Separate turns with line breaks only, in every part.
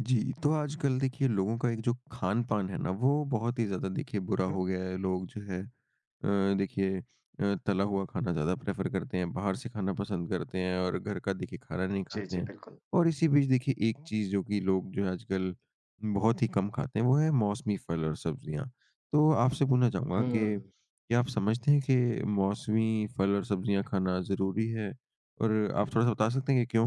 जी, तो आजकल देखिए लोगों का एक जो खान-पान है ना, वो बहुत ही ज़्यादा देखिए बुरा
हुँ, हुँ।
हो गया है। लोग जो है देखिए तला हुआ खाना ज़्यादा प्रेफ़र करते हैं, बाहर से खाना पसंद करते हैं और घर का देखिए खाना नहीं
जी,
खाते
जी,
हैं।
बिल्कुल।
और इसी बीच देखिए एक चीज़ जो कि लोग जो है आजकल बहुत ही कम खाते हैं, वो है मौसमी फल और सब्ज़ियाँ। तो आपसे पूछना चाहूँगा कि
हुँ।
क्या आप समझते हैं कि मौसमी फल और सब्ज़ियाँ खाना ज़रूरी है? और आप थोड़ा-सा बता सकते हैं कि क्यों?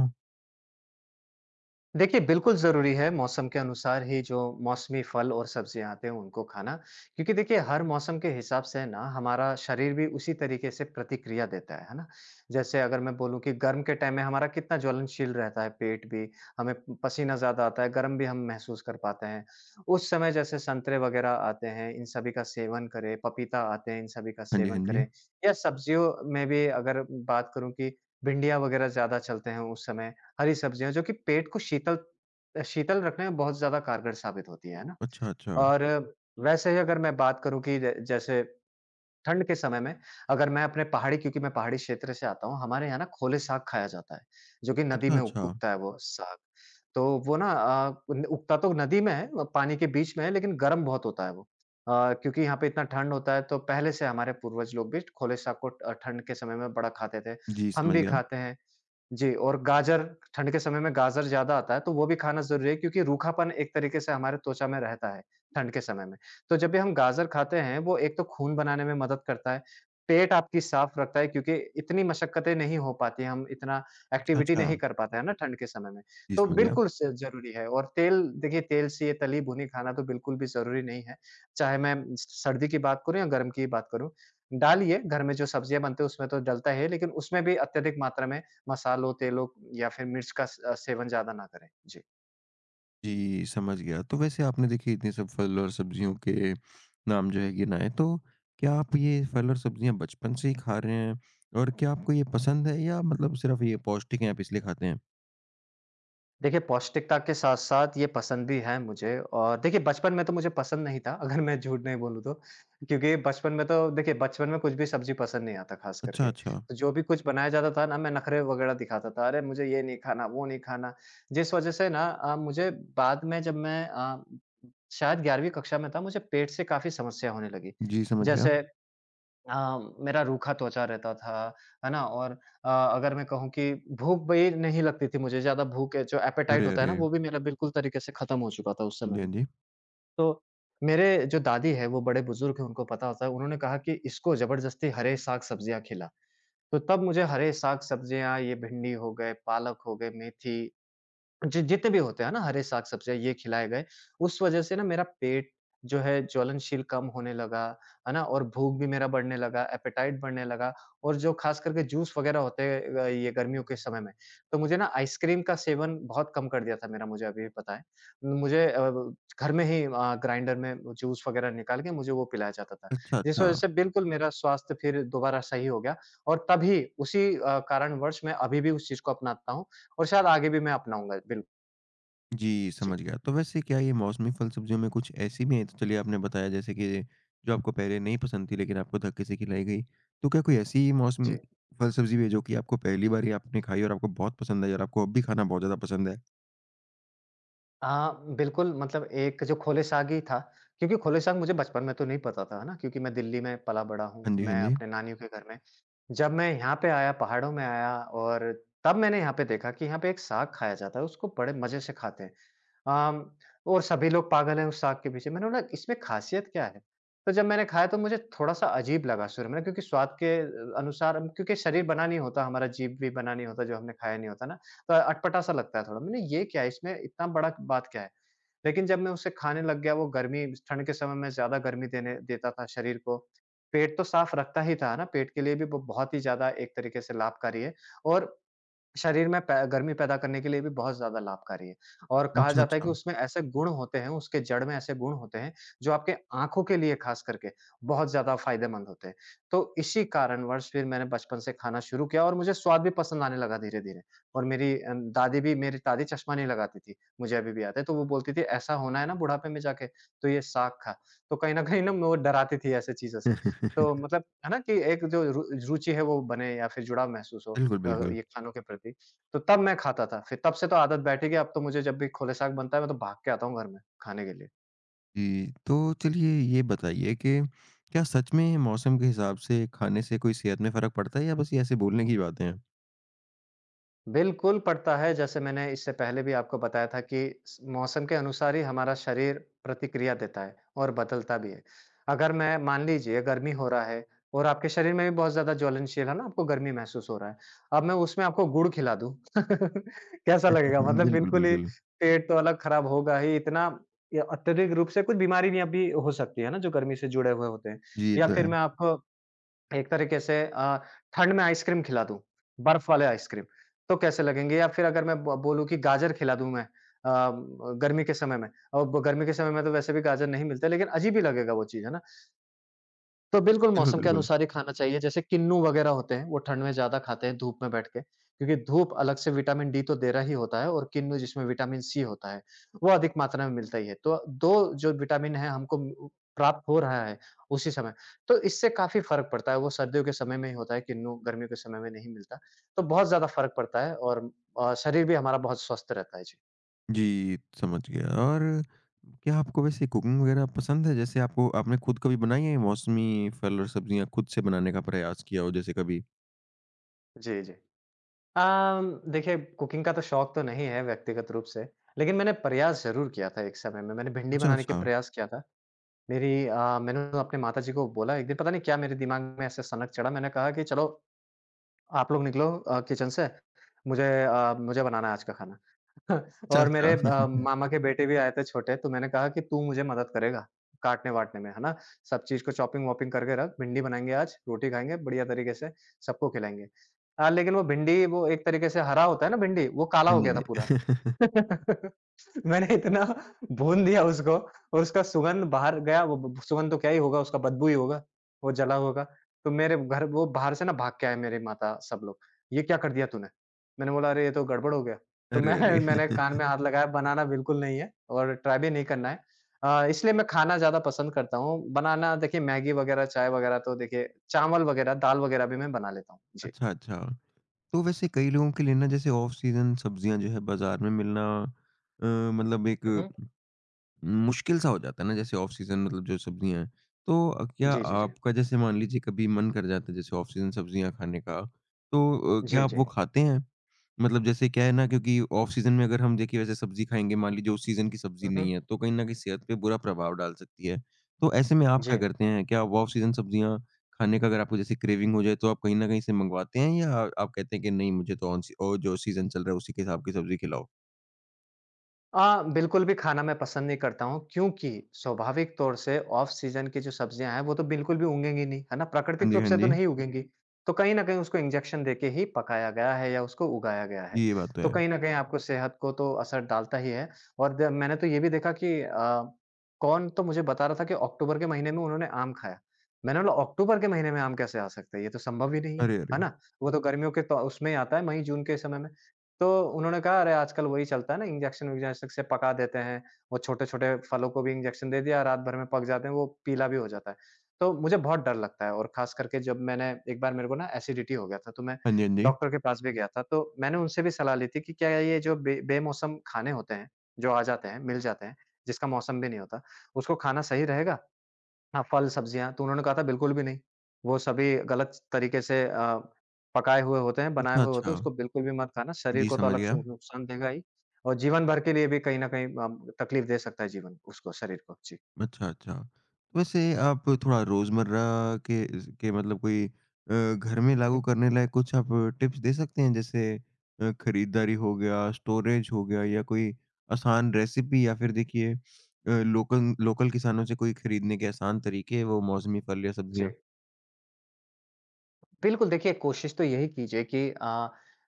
देखिए, बिल्कुल ज़रूरी है मौसम के अनुसार ही जो मौसमी फल और सब्ज़ियाँ आते हैं, उनको खाना। क्योंकि देखिए, हर मौसम के हिसाब से ना हमारा शरीर भी उसी तरीके से प्रतिक्रिया देता है ना? जैसे अगर मैं बोलूँ कि गर्म के टाइम में हमारा कितना ज्वलनशील रहता है पेट भी, हमें पसीना ज़्यादा आता है, गर्म भी हम महसूस कर पाते हैं। उस समय जैसे संतरे वग़ैरह आते हैं, इन सभी का सेवन करें, पपीता आते हैं, इन सभी का
हाँ जी,
सेवन
हाँ जी।
करें। या सब्ज़ियों में भी अगर बात करूँ कि भिंडियाँ वग़ैरह ज़्यादा चलते हैं उस समय, हरी सब्जियाँ जो कि पेट को शीतल शीतल रखने में बहुत ज़्यादा कारगर साबित होती हैं, है ना?
अच्छा, अच्छा।
और वैसे ही अगर मैं बात करूँ कि ज जैसे ठंड के समय में अगर मैं अपने पहाड़ी क्योंकि मैं पहाड़ी क्षेत्र से आता हूँ, हमारे यहाँ ना खोले साग खाया जाता है, जो कि नदी
अच्छा,
में उग
अच्छा।
उगता है वो साग। तो वो ना अ, न उगता तो नदी में है पानी के बीच में है लेकिन गर्म बहुत होता है वो। क्योंकि यहाँ पे इतना ठंड होता है तो पहले से हमारे पूर्वज लोग भी खोले साग को ठंड के समय में बड़ा खाते थे,
जी,
हम
समझ
भी
गया।
खाते हैं। जी, और गाजर ठंड के समय में गाजर ज़्यादा आता है, तो वो भी खाना ज़रूरी है क्योंकि रूखापन एक तरीके से हमारे त्वचा में रहता है, ठंड के समय में। तो जब भी हम गाजर खाते हैं, वो एक तो खून बनाने में मदद करता है, पेट आपकी साफ़ रखता है क्योंकि इतनी मशक्कतें नहीं हो पाती हैं, हम इतना
अच्छा,
एक्टिविटी
अच्छा।
नहीं कर पाते हैं ना ठंड के समय में।
जी,
तो
समझ गया।
बिल्कुल स ज़रूरी है और तेल देखिए तेल से ये तली भुनी खाना तो बिल्कुल भी ज़रूरी नहीं है, चाहे मैं स सर्दी की बात करूँ या गर्म की बात करूँ। डालिए घर में जो सब्जियाँ बनते हैं उसमें तो डलता ही है, लेकिन उसमें भी अत्यधिक मात्रा में मसालों, तेलों या फिर मिर्च का सेवन ज़्यादा ना करें। जी।
जी, समझ गया। तो वैसे आपने देखिए इतने सब फल और सब्जियों के नाम जो है गिनाए, तो क्या आप ये फल और सब्जियाँ बचपन से ही खा रहे हैं? और क्या आपको ये पसंद है या मतलब सिर्फ़ ये पौष्टिक हैं, आप इसलिए खाते हैं?
देखिए पौष्टिकता के साथ-साथ ये पसंद भी है मुझे और देखिए बचपन में तो मुझे पसंद नहीं था अगर मैं झूठ नहीं बोलूँ तो। क्योंकि बचपन में तो देखिए बचपन में कुछ भी सब्ज़ी पसंद नहीं आता ख़ास
अच्छा,
करके।
अच्छा।
तो जो भी कुछ बनाया जाता था ना मैं नखरे वग़ैरह दिखाता था, अरे मुझे ये नहीं खाना, वो नहीं खाना। जिस वज़ह से ना मुझे बाद में जब मैं शायद 11वीं कक्षा में था मुझे पेट से काफ़ी समस्या होने लगी।
जी, समझ गया।
जैसे अ, मेरा रूखा त्वचा रहता था, है ना? और अगर मैं कहूँ कि भूख भी नहीं लगती थी मुझे, ज़्यादा भूख है, जो एपेटाइट
अरे,
होता है ना,
अरे!
वो भी मेरा बिल्कुल तरीके से खत्म हो चुका था उस
हाँ
समय
जी, हाँ
में।
जी।
तो मेरे जो दादी है, वो बड़े बुजुर्ग हैं, उनको पता होता है, उन्होंने कहा कि इसको ज़बरदस्ती हरे साग-सब्जियाँ खिला। तो तब मुझे हरे साग-सब्जियाँ, ये भिंडी हो गए, पालक हो गए, मेथी जि जितने भी होते हैं ना हरे साग-सब्जियाँ ये खिलाए गए, उस वज़ह से ना मेरा पेट जो है ज्वलनशील कम होने लगा, है ना? और भूख भी मेरा बढ़ने लगा, एपेटाइट बढ़ने लगा और जो ख़ास करके जूस वग़ैरह होते हैं ये गर्मियों के समय में, तो मुझे ना आइसक्रीम का सेवन बहुत कम कर दिया था मेरा मुझे अभी भी पता है। मुझे अ, ब घर में ही ग्राइंडर में जूस वग़ैरह निकाल के मुझे वो पिलाया जाता था,
अच्छा,
जिस
अच्छा।
वज़ह से बिल्कुल मेरा स्वास्थ्य फिर दोबारा सही हो गया और तभी उसी कारणवश मैं अभी भी उस चीज़ को अपनाता हूँ और शायद आगे भी मैं अपनाऊँगा। बिल्कुल।
जी,
जी,
समझ गया। तो वैसे क्या ये मौसमी फल-सब्जियों में कुछ ऐसी भी हैं तो चलिए आपने बताया जैसे कि जो आपको पहले नहीं पसंद थी लेकिन आपको धक्के से खिलाई गई। तो क्या कोई ऐसी मौसमी
जी।
फल-सब्जी भी है जो कि आपको पहली बार ही आपने खाई और आपको बहुत पसंद आई और आपको अब भी खाना बहुत ज़्यादा पसंद है?
हाँ, बिल्कुल मतलब एक जो खोले साग ही था, क्योंकि खोले साग मुझे बचपन में तो नहीं पता था, है ना? क्योंकि मैं दिल्ली में पला-बड़ा हूँ,
हाँ जी, हाँ
मैं
जी।
अपने नानियों के घर में। जब मैं यहाँ पे आया, पहाड़ों में आया और तब मैंने यहाँ पे देखा कि यहाँ पे एक साग खाया जाता है, उसको बड़े मज़े से खाते हैं। आम और सभी लोग पागल हैं उस साग के पीछे। मैंने बोला इसमें ख़ासियत क्या है? तो जब मैंने खाया तो मुझे थोड़ा-सा अजीब लगा शुरू में क्योंकि स्वाद के अनुसार क्योंकि शरीर बना नहीं होता, हमारा जीभ भी बना नहीं होता जो हमने खाया नहीं होता ना, तो अटपटा-सा लगता है थोड़ा। मैंने ये क्या है इसमें इतना बड़ा बात क्या है? लेकिन जब मैं उसे खाने लग गया वो गर्मी ठंड के समय में ज़्यादा गर्मी देने देता था शरीर को। पेट तो साफ़ रखता ही था ना, पेट के लिए भी वो बहुत ही ज़्यादा एक तरीके से लाभकारी है और शरीर में पै गर्मी पैदा करने के लिए भी बहुत ज़्यादा लाभकारी है। और कहा
अच्छा,
जाता है कि
अच्छा।
उसमें ऐसे गुण होते हैं, उसके जड़ में ऐसे गुण होते हैं, जो आपके आँखों के लिए ख़ास करके बहुत ज़्यादा फ़ायदेमंद होते हैं। तो इसी कारणवश फिर मैंने बचपन से खाना शुरू किया और मुझे स्वाद भी पसंद आने लगा धीरे-धीरे। और मेरी दादी भी मेरी दादी चश्मा नहीं लगाती थी, मुझे अभी भी याद है। तो वो बोलती थी, "ऐसा होना है ना बुढ़ापे में जाके, तो ये साग खा।" तो कहीं न कहीं ना वो डराती थी ऐसी चीज़ों से। तो मतलब है ना कि एक जो रु रुचि है वो बने या फिर जुड़ाव महसूस हो।
बिल्कुल, बिल्कुल।
ये खानों के प्रति, तो तब मैं खाता था। फिर तब से तो आदत बैठ ही गई, अब तो मुझे जब भी खोले साग बनता है, मैं तो भाग के आता हूँ घर में, खाने के लिए।
जी, तो चलिए ये बताइए कि क्या सच में मौसम के हिसाब से खाने से कोई सेहत में फ़र्क पड़ता है या बस ये ऐसे बोलने की बातें हैं?
बिल्कुल पड़ता है, जैसे मैंने इससे पहले भी आपको बताया था कि स मौसम के अनुसार ही हमारा शरीर प्रतिक्रिया देता है और बदलता भी है। अगर मैं मान लीजिए गर्मी हो रहा है और आपके शरीर में भी बहुत ज़्यादा ज्वलनशील है ना, आपको गर्मी महसूस हो रहा है। अब मैं उसमें आपको गुड़ खिला दूँ, कैसा लगेगा? मतलब
बिल्कुल,
बिल्कुल ही
बिल्कुल।
पेट तो अलग खराब होगा ही, इतना या अत्यधिक रूप से कुछ बीमारी भी अभी हो सकती है ना, जो गर्मी से जुड़े हुए होते हैं।
जी, ये
या
तो
फिर
है।
मैं आपको एक तरीके से ठंड में आइसक्रीम खिला दूँ, बर्फ वाले आइसक्रीम, तो कैसे लगेंगे? या फिर अगर मैं ब बोलूँ कि गाजर खिला दूँ मैं गर्मी के समय में और ब गर्मी के समय में तो वैसे भी गाजर नहीं मिलते, लेकिन अजीब ही लगेगा वो चीज़, है ना? तो बिल्कुल
बिल्कुल,
मौसम के
बिल्कुल।
अनुसार ही खाना चाहिए, जैसे किन्नू वगैरह होते हैं, वो ठंड में ज़्यादा खाते हैं धूप में बैठ के, क्योंकि धूप अलग से विटामिन डी तो दे रहा ही होता है और किन्नू जिसमें विटामिन सी होता है, वो अधिक मात्रा में मिलता ही है। तो 2 जो विटामिन है हमको उ प्राप्त हो रहा है उसी समय, तो इससे काफ़ी फ़र्क पड़ता है, वो सर्दियों के समय में ही होता है किन्नू, गर्मियों के समय में नहीं मिलता। तो बहुत ज़्यादा फ़र्क पड़ता है और शरीर भी हमारा बहुत स्वस्थ रहता है। जी।
जी, समझ गया और क्या आपको वैसे कुकिंग वगैरह पसंद है? जैसे आपको आपने खुद कभी बनाई है मौसमी फल और सब्जियाँ खुद से बनाने का प्रयास किया हो जैसे कभी?
जी, जी। देखिए कुकिंग का तो शौक तो नहीं है व्यक्तिगत रूप से, लेकिन मैंने प्रयास ज़रूर किया था एक समय में। मैंने भिंडी
अच्छा,
बनाने के
अच्छा।
प्रयास किया था। मैंने अपने माताजी को बोला एक दिन पता नहीं क्या मेरे दिमाग में ऐसे सनक चढ़ा, मैंने कहा कि चलो आप लोग निकलो किचन से, मुझे बनाना है आज का खाना।
अच्छा,
और मेरे
अच्छा।
मामा के बेटे भी आए थे छोटे, तो मैंने कहा कि तू मुझे मदद करेगा काटने-वाटने में, है ना? सब चीज़ को चॉपिंग-वॉपिंग करके रख, भिंडी बनाएँगे आज, रोटी खाएँगे बढ़िया तरीके से, सबको खिलाएँगे। हाँ, लेकिन वो भिंडी वो एक तरीके से हरा होता है ना भिंडी, वो काला
हाँ
हो
जी,
गया था
हाँ
पूरा।
जी।
मैंने इतना भून दिया उसको और उसका सुगंध बाहर गया, वो ब सुगंध तो क्या ही होगा, उसका बदबू ही होगा, वो जला होगा। तो मेरे घर वो बाहर से ना भाग के आए मेरे माता सब लोग, "ये क्या कर दिया तूने?" मैंने बोला, "अरे ये तो गड़बड़ हो गया।" तो
अरे,
मैंने
अरे!
मैंने कान में हाथ लगाया, बनाना बिल्कुल नहीं है और ट्राई भी नहीं करना है। इसलिए मैं खाना ज़्यादा पसंद करता हूँ। बनाना देखिए मैगी वगैरह, चाय वगैरह तो देखिए चावल वगैरह, दाल वगैरह भी मैं बना लेता हूँ। जी।
अच्छा, अच्छा। तो वैसे कई लोगों के लिए ना जैसे ऑफ सीज़न सब्जियाँ जो है बाज़ार में मिलना मतलब एक
हुँ, हुँ।
मुश्किल सा हो जाता है ना जैसे ऑफ सीजन मतलब जो सब्जियाँ हैं। तो क्या
जी, जी, जी।
आपका जैसे मान लीजिए कभी मन कर जाता है जैसे ऑफ सीजन सब्जियाँ खाने का, तो
जी,
क्या आप
जी।
वो खाते हैं? मतलब जैसे क्या है ना क्योंकि ऑफ सीजन में अगर हम देखिए वैसे सब्जी खाएँगे मान लीजिए उस सीजन की सब्जी
हुँ, हुँ।
नहीं है, तो कहीं न कहीं सेहत पे बुरा प्रभाव डाल सकती है। तो ऐसे में आप क्या
जी।
करते हैं? क्या आप ऑफ सीजन सब्जियाँ खाने का अगर आपको जैसे क्रेविंग हो जाए तो आप कहीं न कहीं से मंगवाते हैं या आप कहते हैं कि नहीं मुझे तो ऑन सी और जो सीजन चल रहा है उसी के हिसाब की सब्जी खिलाओ?
बिल्कुल भी खाना मैं पसंद नहीं करता हूँ क्योंकि स्वाभाविक तौर से ऑफ सीजन की जो सब्जियाँ हैं वो तो बिल्कुल भी उगेंगी नहीं, है ना?
हाँ
प्राकृतिक
जी,
रूप
हाँ
से तो
जी।
नहीं उगेंगी। हुँ। तो कहीं न कहीं उसको इंजेक्शन देके ही पकाया गया है या उसको उगाया गया है।
जी, ये बात तो
तो
है।
कहीं न कहीं आपको सेहत को तो असर डालता ही है और द मैंने तो ये भी देखा कि कौन तो मुझे बता रहा था कि अक्टूबर के महीने में उन्होंने आम खाया। मैंने बोला, अक्टूबर के महीने में आम कैसे आ सकता है? ये तो संभव ही नहीं है,
अरे,
है
अरे!
ना? वो तो गर्मियों के तो उसमें ही आता है मई-जून के समय में। तो उन्होंने कहा, "अरे! आजकल वही चलता है ना इंजेक्शन-विजेक्शन से पका देते हैं, वो छोटे-छोटे फलों को भी इंजेक्शन दे दिया, रात भर में पक जाते हैं, वो पीला भी हो जाता है।" तो मुझे बहुत डर लगता है और ख़ास करके जब मैंने एक बार मेरे को ना एसिडिटी हो गया था, तो मैं
हाँ जी, हाँ जी।
डॉक्टर के पास भी गया था, तो मैंने उनसे भी सलाह ली थी कि क्या ये जो बे बेमौसम खाने होते हैं, जो आ जाते हैं, मिल जाते हैं, जिसका मौसम भी नहीं होता, उसको खाना सही रहेगा? हाँ, फल, सब्जियाँ, तो उन्होंने कहा था बिल्कुल भी नहीं। वो सभी गलत तरीके से पकाए हुए होते हैं, बनाए
अच्छा,
हुए होते हैं,
अच्छा।
उसको बिल्कुल भी मत खाना, शरीर
जी,
को तो
समझ
अलग
गया।
से नुकसान देगा ही और जीवन भर के लिए भी कहीं न कहीं तकलीफ दे सकता है जीवन उसको, शरीर को। जी।
अच्छा, अच्छा। वैसे आप थोड़ा रोज़मर्रा के मतलब कोई घर में
हुँ,
लागू
हुँ।
करने लायक कुछ आप टिप्स दे सकते हैं? जैसे खरीदारी हो गया, स्टोरेज हो गया या कोई आसान रेसिपी या फिर देखिए लोकल लोकल किसानों से कोई खरीदने के आसान तरीके, वो मौसमी फल या
जी।
सब्जियाँ?
बिल्कुल, देखिए कोशिश तो यही कीजिए कि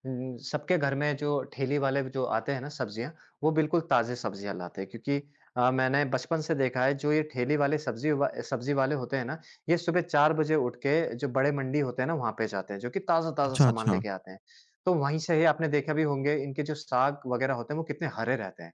सबके घर में जो ठेली वाले जो आते हैं ना सब्जियाँ, वो बिल्कुल ताज़ी सब्जियाँ लाते हैं क्योंकि मैंने बचपन से देखा है जो ये ठेली वाले सब्ज़ी वाले होते हैं ना, ये सुबह 4 बजे उठ के जो बड़े मंडी होते हैं ना, वहाँ पे जाते हैं, जो कि ताज़ा-ताज़ा
अच्छा,
सामान
अच्छा।
लेके आते हैं। तो वहीं से ही आपने देखे भी होंगे इनके जो साग वग़ैरह होते हैं, वो कितने हरे रहते हैं।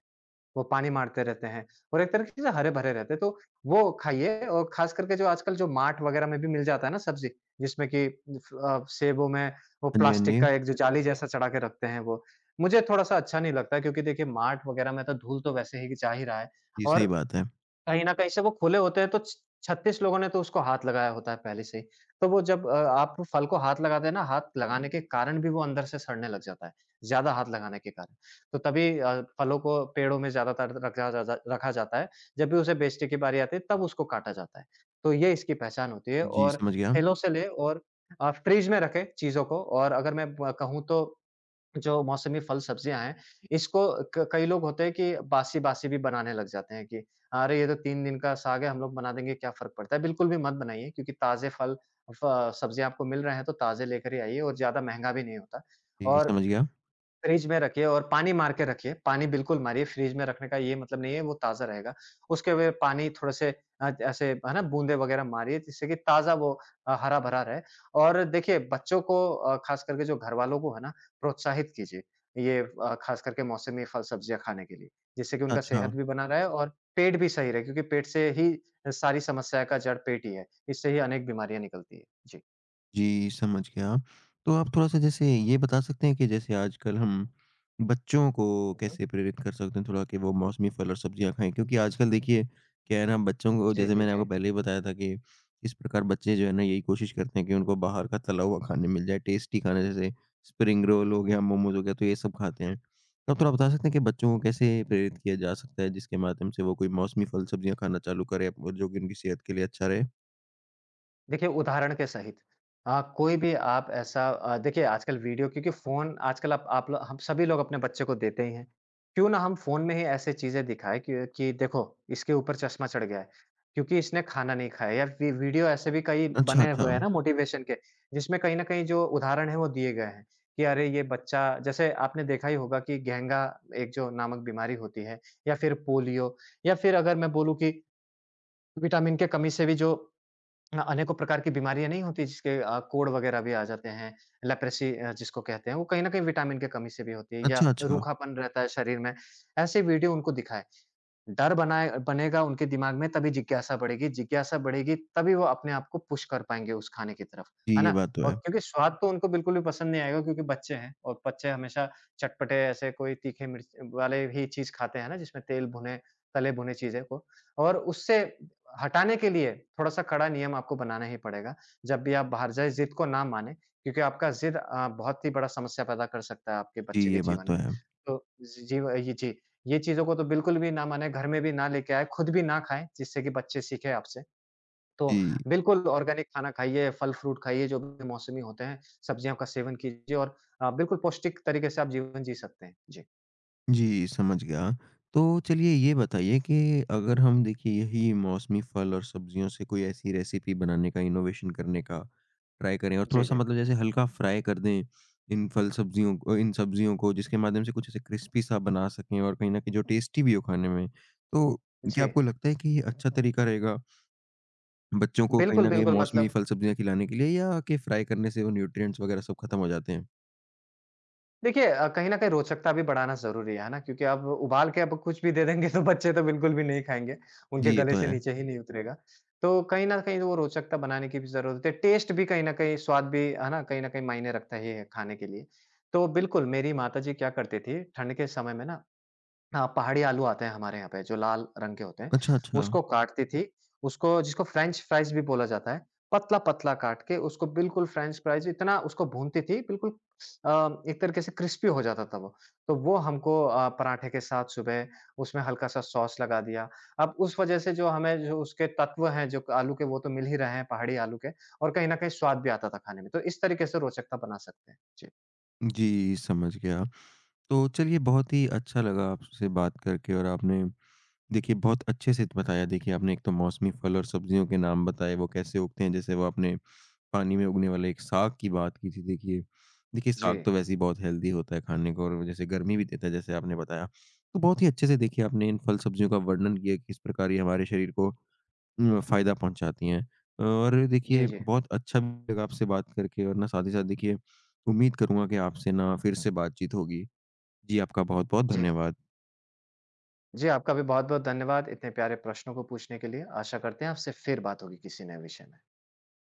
वो पानी मारते रहते हैं और एक तरीके से हरे-भरे रहते हैं, तो वो खाइए और ख़ास करके जो आजकल जो मार्ट वग़ैरह में भी मिल जाता है ना सब्ज़ी, जिसमें कि सेबों में वो
हाँ जी, हाँ
प्लास्टिक का
जी।
एक जो जाली जैसा चढ़ा के रखते हैं वो, मुझे थोड़ा-सा अच्छा नहीं लगता है क्योंकि देखिए मार्ट वग़ैरह में तो धूल तो वैसे ही जा ही रहा है
जी, सही
और
बात है।
कहीं न कहीं से वो खुले होते हैं तो छ 36 लोगों ने तो उसको हाथ लगाया होता है पहले से ही। तो वो जब आप फल को हाथ लगाते हैं ना, हाथ लगाने के कारण भी वो अंदर से सड़ने लग जाता है, ज़्यादा हाथ लगाने के कारण। तो तभी फलों को पेड़ों में ज़्यादातर रखा जा जा रखा जाता है, जब भी उसे बेचने की बारी आती है तब उसको काटा जाता है। तो ये इसकी पहचान होती है
जी,
और
समझ गया।
ठेलों से लें और फ्रिज में रखें चीज़ों को और अगर मैं ब कहूँ तो जो मौसमी फल सब्जियाँ हैं, इसको क कई लोग होते हैं कि बासी-बासी भी बनाने लग जाते हैं कि अरे! ये तो 3 दिन का साग है, हम लोग बना देंगे, क्या फ़र्क पड़ता है? बिल्कुल भी मत बनाइए क्योंकि ताज़े फल, फ सब्जियाँ आपको मिल रहे हैं, तो ताज़े लेकर ही आइए और ज़्यादा महँगा भी नहीं होता।
जी,
और
समझ गया।
फ्रिज में रखिए और पानी मार के रखिए, पानी बिल्कुल मारिए, फ्रिज में रखने का ये मतलब नहीं है वो ताज़ा रहेगा। उसके वे पानी थोड़े से ऐसे है ना बूँदे वग़ैरह मारिए जिससे कि ताज़ा वो हरा-भरा रहे और देखिए बच्चों को ख़ास करके जो घरवालों को है ना प्रोत्साहित कीजिए, ये ख़ास करके मौसमी फल-सब्जियाँ खाने के लिए, जिससे कि उनका
अच्छा।
सेहत भी बना रहे और पेट भी सही रहे क्योंकि पेट से ही सारी समस्या का जड़ पेट ही है, इससे ही अनेक बीमारियाँ निकलती है। जी।
जी, समझ गया। तो आप थोड़ा-सा जैसे ये बता सकते हैं कि जैसे आजकल हम बच्चों को
हुँ, हुँ।
कैसे प्रेरित कर सकते हैं थोड़ा कि वो मौसमी फल और सब्जियाँ खाएँ? क्योंकि आजकल देखिए क्या है ना बच्चों को
जी,
जैसे
जी,
मैंने आपको
जी।
पहले ही बताया था कि किस प्रकार बच्चे जो है ना यही कोशिश करते हैं कि उनको बाहर का तला हुआ खाने मिल जाए, टेस्टी खाना जैसे स्प्रिंग रोल हो गया, मोमोज़ हो गया तो ये सब खाते हैं। तो आप थोड़ा बता सकते हैं कि बच्चों को कैसे प्रेरित किया जा सकता है जिसके माध्यम से वो कोई मौसमी फल सब्जियाँ खाना चालू करें और जो कि उनकी सेहत के लिए अच्छा रहे?
देखिए, उदाहरण के सहित कोई भी आप ऐसा देखिए आजकल वीडियो क्योंकि फ़ोन आजकल आप लो हम सभी लोग अपने बच्चे को देते ही हैं। क्यों ना हम फ़ोन में ही ऐसे चीज़ें दिखाएँ कि देखो इसके ऊपर चश्मा चढ़ गया है, क्योंकि इसने खाना नहीं खाया या वी वीडियो ऐसे भी कई
अच्छा,
बने
अच्छा।
हुए हैं ना मोटिवेशन के, जिसमें कहीं न कहीं जो उदाहरण हैं वो दिए गए हैं, कि अरे ये बच्चा जैसे आपने देखा ही होगा कि घेंगा एक जो नामक बीमारी होती है या फिर पोलियो या फिर अगर मैं बोलूँ कि विटामिन के कमी से भी जो अनेकों प्रकार की बीमारियाँ नहीं होती जिसके कोढ़ वगैरह भी आ जाते हैं, लेप्रेसी जिसको कहते हैं, वो कहीं न कहीं विटामिन की कमी से भी होती है या
अच्छा, अच्छा।
रूखापन रहता है शरीर में, ऐसे वीडियो उनको दिखाएँ। डर बनाए बनेगा उनके दिमाग में तभी जिज्ञासा बढ़ेगी तभी वो अपने आप को पुश कर पाएँगे उस खाने की तरफ,
जी,
है
ये
ना?
बात तो
और
है।
क्योंकि स्वाद तो उनको बिल्कुल भी पसंद नहीं आएगा क्योंकि बच्चे हैं और बच्चे हमेशा चटपटे ऐसे कोई तीखे मिर्च वाले ही चीज़ खाते हैं ना जिसमें तेल भुने, तले भुने चीज़ें को और उससे हटाने के लिए थोड़ा-सा कड़ा नियम आपको बनाना ही पड़ेगा। जब भी आप बाहर जाएँ ज़िद को ना मानें क्योंकि आपका ज़िद बहुत ही बड़ा समस्या पैदा कर सकता है आपके
जी,
बच्चे के
ये बात
जीवन
तो
में।
है।
तो जी, जी, जी। ये चीज़ों को तो बिल्कुल भी ना माने, घर में भी ना लेके आए, खुद भी ना खाएँ, जिससे कि बच्चे सीखें आपसे। तो
जी,
बिल्कुल ऑर्गेनिक खाना खाइए, फल-फ्रूट खाइए, जो भी मौसमी होते हैं, सब्जियों का सेवन कीजिए और बिल्कुल पौष्टिक तरीके से आप जीवन जी सकते हैं। जी।
जी, समझ गया। तो चलिए ये बताइए कि अगर हम देखिए यही मौसमी फल और सब्जियों से कोई ऐसी रेसिपी बनाने का, इनोवेशन करने का ट्राई करें और
जी,
थोड़ा-सा
जी।
मतलब जैसे हल्का फ्राई कर दें इन फल सब्जियों को जिसके माध्यम से कुछ ऐसे क्रिस्पी सा बना सकें और कहीं न कहीं जो टेस्टी भी हो खाने में। तो क्या
जी।
आपको लगता है कि ये अच्छा तरीका रहेगा बच्चों को कहीं
बिल्कुल,
न कहीं
बिल्कुल
मौसमी
मतलब
फल सब्जियाँ खिलाने के लिए या कि फ्राई करने से वो न्यूट्रिएंट्स वगैरह सब खत्म हो जाते हैं?
देखिए कहीं न कहीं रोचकता भी बढ़ाना ज़रूरी है ना? क्योंकि अब उबाल के अब कुछ भी दे देंगे तो बच्चे तो बिल्कुल भी नहीं खाएँगे,
जी,
उनके
ये
गले
तो
से
है।
नीचे ही नहीं उतरेगा। तो कहीं न कहीं वो रोचकता बनाने की भी ज़रूरत है, टेस्ट भी कहीं न कहीं स्वाद भी, है ना? कहीं न कहीं मायने रखता ही है खाने के लिए। तो बिल्कुल, मेरी माताजी क्या करती थी, ठंड के समय में ना हाँ, पहाड़ी आलू आते हैं हमारे यहाँ पे जो लाल रंग के होते हैं,
अच्छा, अच्छा।
उसको काटती थी, उसको जिसको फ्रेंच फ्राइज़ भी बोला जाता है, पतला-पतला काट के उसको बिल्कुल फ्रेंच फ्राइज़ इतना उसको भूनती थी बिल्कुल एक तरीके से क्रिस्पी हो जाता था वो। तो वो हमको पराठे के साथ सुबह उसमें हल्का-सा सॉस लगा दिया। अब उस वज़ह से जो उसके तत्व हैं जो आलू के वो तो मिल ही रहे हैं पहाड़ी आलू के और कहीं न कहीं स्वाद भी आता था खाने में। तो इस तरीके से रोचकता बना सकते हैं। जी।
जी, समझ गया। तो चलिए बहुत ही अच्छा लगा आपसे बात करके और आपने देखिए बहुत अच्छे से बताया देखिए आपने एक तो मौसमी फल और सब्जियों के नाम बताए वो कैसे उगते हैं जैसे वो आपने पानी में उगने वाले एक साग की बात की थी देखिए। देखिए साग
जी।
तो वैसे ही बहुत हेल्दी होता है खाने को और वो जैसे गर्मी भी देता है जैसे आपने बताया। तो बहुत ही अच्छे से देखिए आपने इन फल सब्जियों का वर्णन किया किस प्रकार ये हमारे शरीर को फ़ायदा पहुँचाती हैं। और
जी,
देखिए
जी।
बहुत अच्छा भी लगा आपसे बात करके और ना साथ ही साथ देखिए उम्मीद करूँगा कि आपसे ना फिर से बातचीत होगी। जी, आपका बहुत-बहुत
जी।
धन्यवाद।
जी, आपका भी बहुत-बहुत धन्यवाद इतने प्यारे प्रश्नों को पूछने के लिए। आशा करते हैं आपसे फिर बात होगी किसी नए विषय में।